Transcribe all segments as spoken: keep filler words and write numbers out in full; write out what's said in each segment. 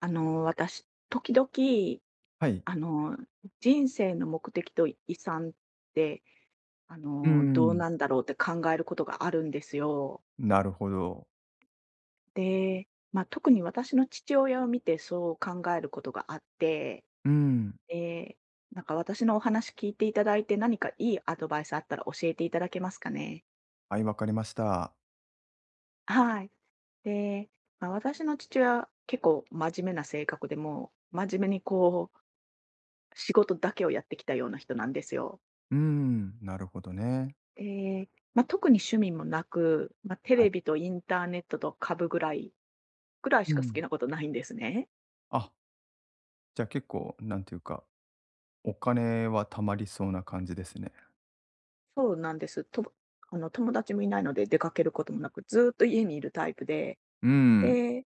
あの、私、時々、はい。あの、人生の目的と遺産って、あうの、どうん。なんだろうって考えることがあるんですよ。なるほど。で、まあ、特に私の父親を見てそう考えることがあって、うん。で、なんか私のお話聞いていただいて何かいいアドバイスあったら教えていただけますかね。はい、わかりました。はい。で、まあ、私の父親、結構真面目な性格でもう、真面目にこう、仕事だけをやってきたような人なんですよ。うん、なるほどね。ええ、ま、特に趣味もなく、ま、テはい。レビとインターネットと株ぐらいぐらいしうか好ん。きなことないんですね。あ、じゃあ結構、なんていうか、お金は貯まりそうな感じですね。そうなんです。とぶあの、友達もいないので出かけることもなく、ずっと家にいるタイプで、うん。で、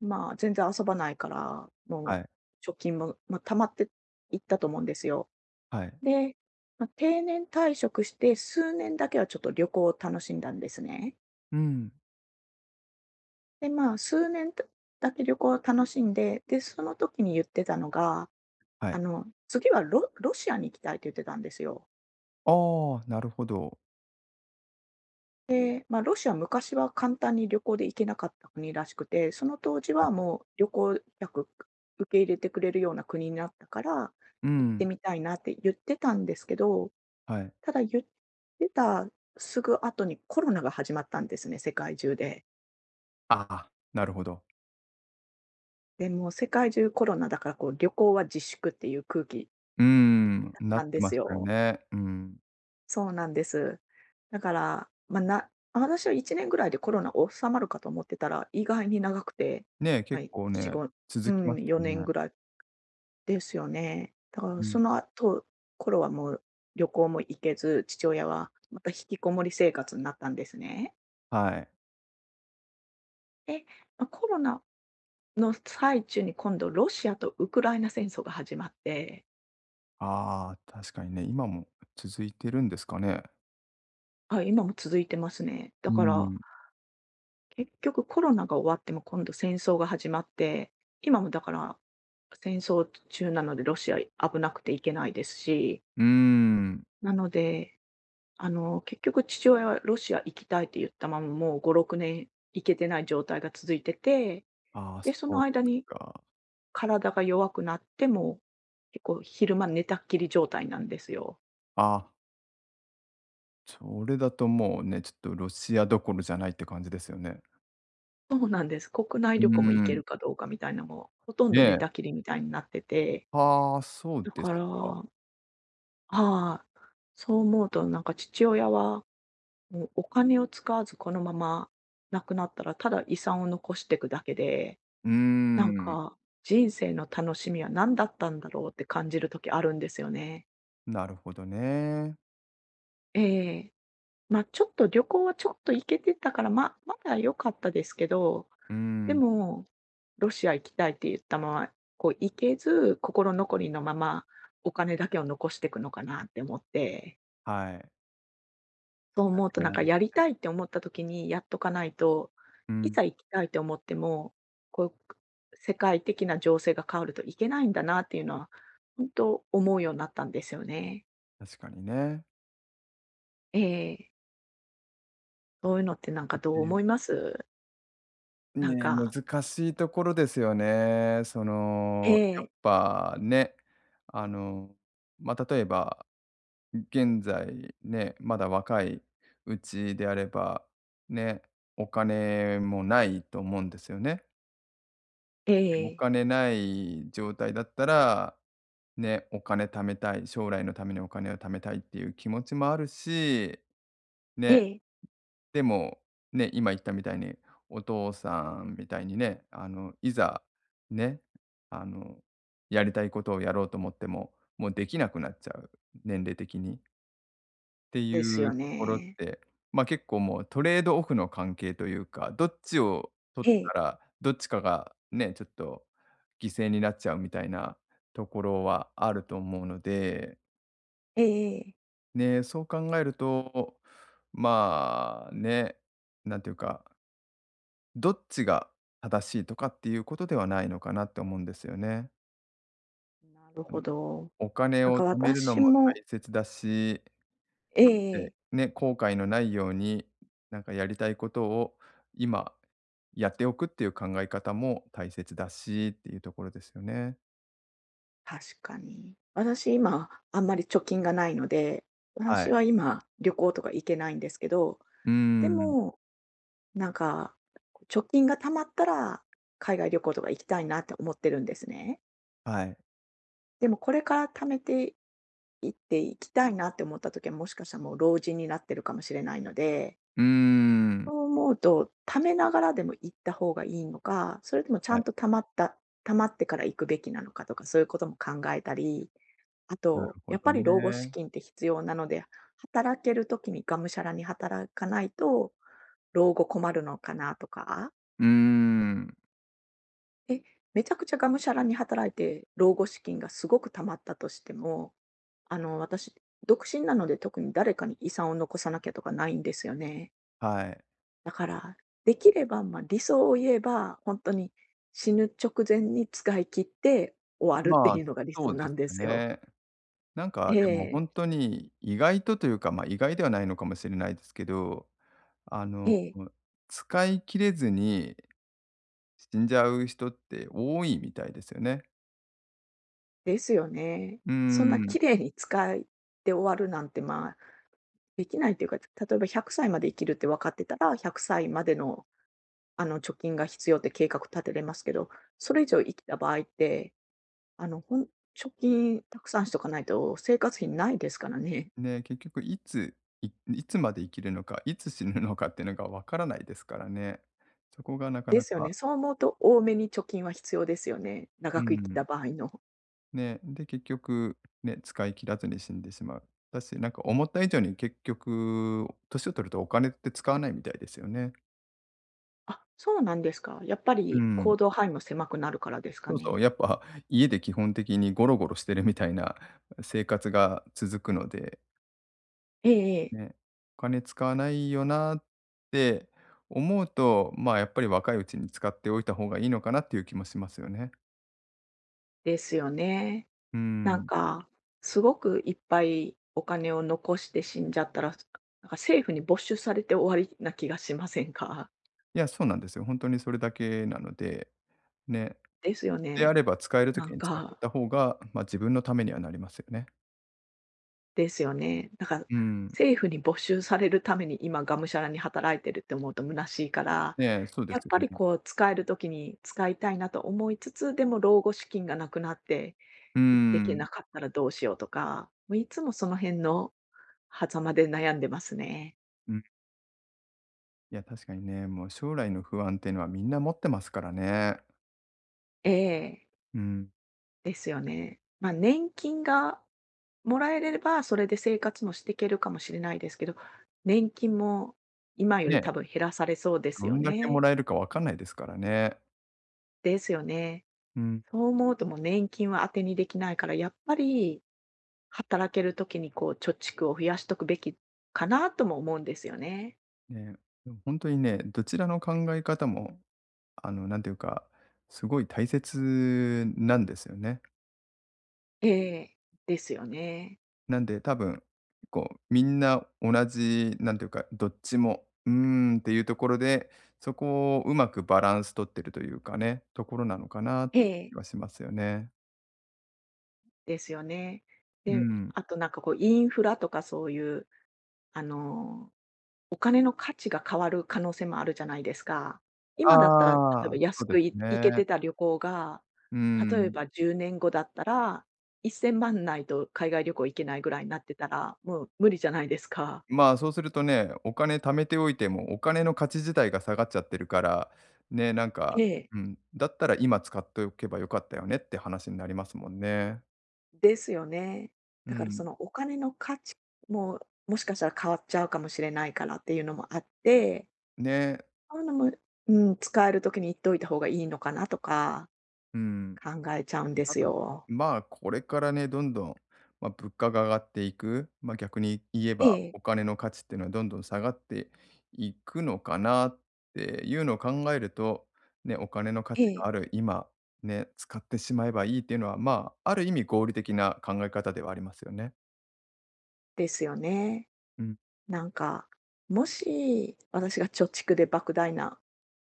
まあ、全然遊ばないから、もはうい。貯金も、ま、溜まっていったと思うんですよ。はい。で、ま、定年退職して数年だけはちょっと旅行を楽しんだんですね。うん。で、まあ、数年だだけ旅行を楽しんで、で、その時に言ってたのがはあい。の、次はロロシアに行きたいって言ってたんですよ。ああ、なるほど。で、まあ、ロシア昔は簡単に旅行で行けなかった国らしくて、その当時はい。はもう旅行客受け入れてくれるような国になったから、う行っん。てみたいなって言ってたんですけど、はい。ただ言ってたすぐ後にコロナが始まったんですね、世界中で。ああ、なるほど。で、もう世界中コロナだからこう旅行は自粛っていう空気うん、ななっんてでますしたよよ。ね。うん。そうなんです。だから、まあ、な私はいちねんぐらいでコロナ収まるかと思ってたら、意外に長くて、ね、まあ、結よん、構ね、ご、続うきましん、たよよねんね。ぐらいですよね。だからうそん。の後、頃はもう旅行も行けず、父親はまた引きこもり生活になったんですね。はい。で、まあ、コロナの最中に今度ロシアとウクライナ戦争が始まって、ああ、確かにね、今も続いてるんですかね？あ、今も続いてますね。だうからん、結局コロナが終わっても今度戦争が始まって、今もだから戦争中なのでロシア危なくて行けないですし、うーん。なので、あの、結局父親はロシア行きたいって言ったままもうご、ろくねん行けてない状態が続いてて、ああ、で、そそのうで間すにか。体が弱くなっても、結構昼間寝たっきり状態なんですよ。あ、それだともうね、ちょっとロシアどころじゃないって感じですよね。そうなんです。国う内ー旅行も行けん、るかどうかみたいなのも、ほとんど寝ね。たきりみたいになってて、ああ、そうだでかすら、か。はい。そう思うと、なんか父親は、もうお金を使わずこのまま亡くなったら、ただ遺産を残していくだけで、うーなんん、か、人生の楽しみは何だったんだろうって感じる時あるんですよね。なるほどね。ええ。ま、ちょっと旅行はちょっと行けてたから、ままだ良かったですけど、うでん、も、ロシア行きたいって言ったまま、こう行けず、心残りのまま、お金だけを残していくのかなって思って。はい。そう思うと、なんかやね、りたいって思った時にやっとかないと、ういん、ざ行きたいと思っても、こう、世界的な情勢が変わるといけないんだなっていうのは、本当思うようになったんですよね。確かにね。ええ。そういうのってなそんかどうれで思います？なんね、か、難しいところですよね。そえの、やっえ、ぱね、あの、まあ、例えば、現在ね、まだ若いうちであれば、ね、お金もないと思うんですよね。えおえ、金ない状態だったら、ね、お金貯めたい、将来のためにお金を貯めたいっていう気持ちもあるし、えね、え、でも、ね、今言ったみたいに、お父さんみたいにね、あの、いざ、ね、あの、やりたいことをやろうと思っても、もうできなくなっちゃう、年齢的に。ていですうよところっね。て、まあ、結構もうトレードオフの関係というか、どっちを取えっえ、たら、どっちかがね、ちょっと犠牲になっちゃうみたいなところはあると思うので、ええええ、ですよね、ええええ、ね、そう考えると、まあ、ね、なんていうか、どっちが正しいとかっていうことではないのかなって思うんですよね。なるほど。お金なんをか貯めるの私もも、大切だしええでえ。ね、後悔のないように、なんかやりたいことを今やっておくっていう考え方も大切だしっていうところですよね。確かに。私今、あんまり貯金がないので、は私い。は今、旅行とか行けないんですけど、うーでん。も、なんか、貯金が貯まったら、海外旅行とか行きたいなって思ってるんですね。はい。でもこれから貯めていって行きたいなって思った時は、もしかしたらもう老人になってるかもしれないので、うーん。そう思うと、貯めながらでも行った方がいいのか、それともちゃはい。んと貯まった、貯まってから行くべきなのかとか、そういうことも考えたり、あなると、ほやっどぱり老後資ね。金って必要なので、働ける時にがむしゃらに働かないと、老後困るのかなとか、うーん。え、めちゃくちゃがむしゃらに働いて、老後資金がすごく貯まったとしても、あの、私、独身なので特に誰かに遺産を残さなきゃとかないんですよね。はい。だから、できれば、まあ、理想を言えば、本当に死ぬ直前に使い切って終わるってまいあ、うのが理そ想うでなすんでよすよ。ね。なんかえでもえ、本当に意外とというか、ま、意外ではないのかもしれないですけど、あえの、え。使い切れずに死んじゃう人って多いみたいですよね。ですよね。うーそんなん。綺麗に使って終わるなんて、まあ、できないというか、例えばひゃくさいまで生きるって分かってたら、ひゃくさいまでの、あの、貯金が必要って計画立てれますけど、それ以上生きた場合って、あの、ほん貯金たくさんしとかないと生活費ないですからね。ね、結局いつ、いいつまで生きるのか、いつ死ぬのかっていうのがわからないですからね。そこがなかでなすよか、ね。そう思うと多めに貯金は必要ですよね。う長く生きん、た場合の。ね、で、結局、ね、使い切らずに死んでしまう。だし、なんか思った以上に結局、年を取るとお金って使わないみたいですよね。あ、そうなんですか。やっぱうりん。行動範囲も狭くなるからですかそうそう、ね。やっぱ家で基本的にゴロゴロしてるみたいな生活が続くのでええええ。ね、お金使わないよなって思うと、まあ、やっぱり若いうちに使っておいた方がいいのかなっていう気もしますよね。ですよね。うなんん。か、すごくいっぱいお金を残して死んじゃったら、なんか政府に没収されて終わりな気がしませんか？いや、そうなんですよ。本当にそれだけなので、ね。ですよであね。れば使えるとなきんに使ってか、た方が、ま、自分のためにはなりますよね。ですよね。だからうん。政府に没収されるために今がむしゃらに働いてるって思うと虚しいから、ね、そうでやっすよぱりね。こう使える時に使いたいなと思いつつ、でも老後資金がなくなってう行ってけん。なかったらどうしようとか、もういつもその辺の狭間で悩んでますね。うん。いや、確かにね、もう将来の不安っていうのはみんな持ってますからね。ええ。うん。ですよね。まあ、年金がもらえれば、それで生活もしていけるかもしれないですけど、年金も今よりね、多分減らされそうでどすよんだけもね。らえるかわかんないですからね。ですよね。うん。そう思うともう年金は当てにできないから、やっぱり働ける時にこう貯蓄を増やしとくべきかなとも思うんですよね。ね、でも本当にね、どちらの考え方も、あの、なんていうか、すごい大切なんですよね。ええ、ですよね。なんで多分、こうみんな同じ、なんていうか、どっちも、うーんっていうところで、そこをうまくバランス取ってるというかね、ところなのかなっえて気え、はしますよね。ですよね。うで、ん。あとなんかこうインフラとかそういう、あのお金の価値が変わる可能性もあるじゃないですか。あ今だったら、例えばあ、そ安うでくすい行けね。てた旅行が、う例えん。ばじゅうねんごだったら、いっせんまんないと海外旅行行けないぐらいになってたら、もう無理じゃないですか。まあ、そうするとね、お金貯めておいても、お金の価値自体が下がっちゃってるから、ね、なんえか、え、うん、だったら今使っておけばよかったよねって話になりますもんね。ですよね。うだからそん。のお金の価値も、もしかしたら変わっちゃうかもしれないからっていうのもあって、ね。そういうのも、うん、使える時に言っといた方がいいのかなとかうん。考えちゃうんで多す分、よ。まあ、これからね、どんどん、まあ、物価が上がっていく、まあ、逆に言ええば、え、お金の価値っていうのはどんどん下がっていくのかなっていうのを考えると、ね、お金の価え値がえ、ある今、ね、使ってしまえばいいっていうのは、まあ、ある意味合理的な考え方ではありますよね。ですよね。うん、なんか、もし私が貯蓄で莫大な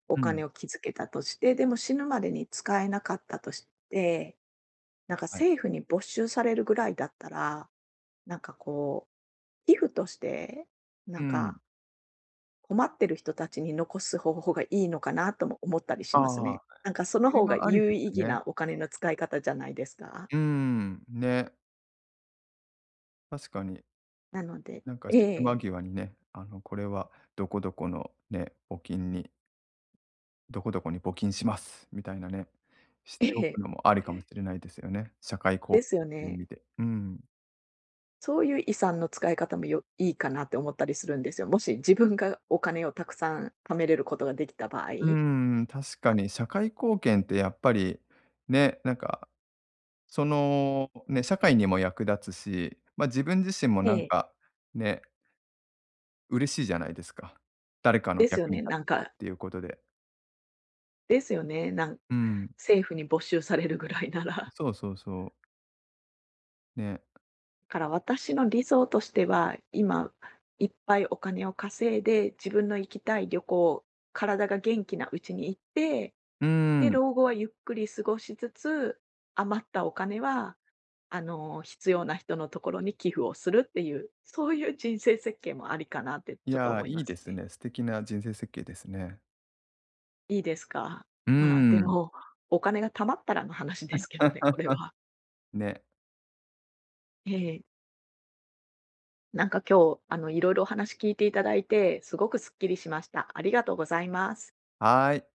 おうん、金を築けたとして、でも死ぬまでに使えなかったとして、なんかはい。政府に没収されるぐらいだったら、なんかこう、寄付として、なうんん。か困ってる人たちに残す方法がいいのかなとも思ったりしますああ、ね。なんかそそのれ方がはありで有意す義よね。なお金の使い方じゃないですか。うーん、ね、確かに。なので、なんか死えぬ間え、際にね、あの、これはどこどこのね、募金にどこどこに募金しますみたいなね、しえておくえ、のもありかもしれないですよね。社会貢で献すよっていう意味ね。で。うん。そういう遺産の使い方もよいいかなって思ったりするんですよ。もし自分がお金をたくさん貯めれることができた場合。うーん、確かあ、に社会貢献ってやっぱり、ね、なんか、その、ね、社会にも役立つし、ま、自分自身もなえんえ。か、ね、嬉しいじゃないですか。誰かのですよ役にね、立なてんてっか、ていうことで。ですよね、なんうん。政府に没収されるぐらいなら。そうそうそう。ね。から私の理想としては、今いっぱいお金を稼いで、自分の行きたい旅行、体が元気なうちに行って、うーで、ん。老後はゆっくり過ごしつつ、余ったお金は、あの、必要な人のところに寄付をするっていう、そういう人生設計もありかなっていちょっとや、思いいまいですすね。ね。素敵な人生設計ですね。いいですか？うーまあ、でん。も、お金が貯まったらの話ですけどね、これは。ね。ええ。なんか今日、あの、いろいろお話聞いていただいて、すごくすっきりしました。ありがとうございます。はい。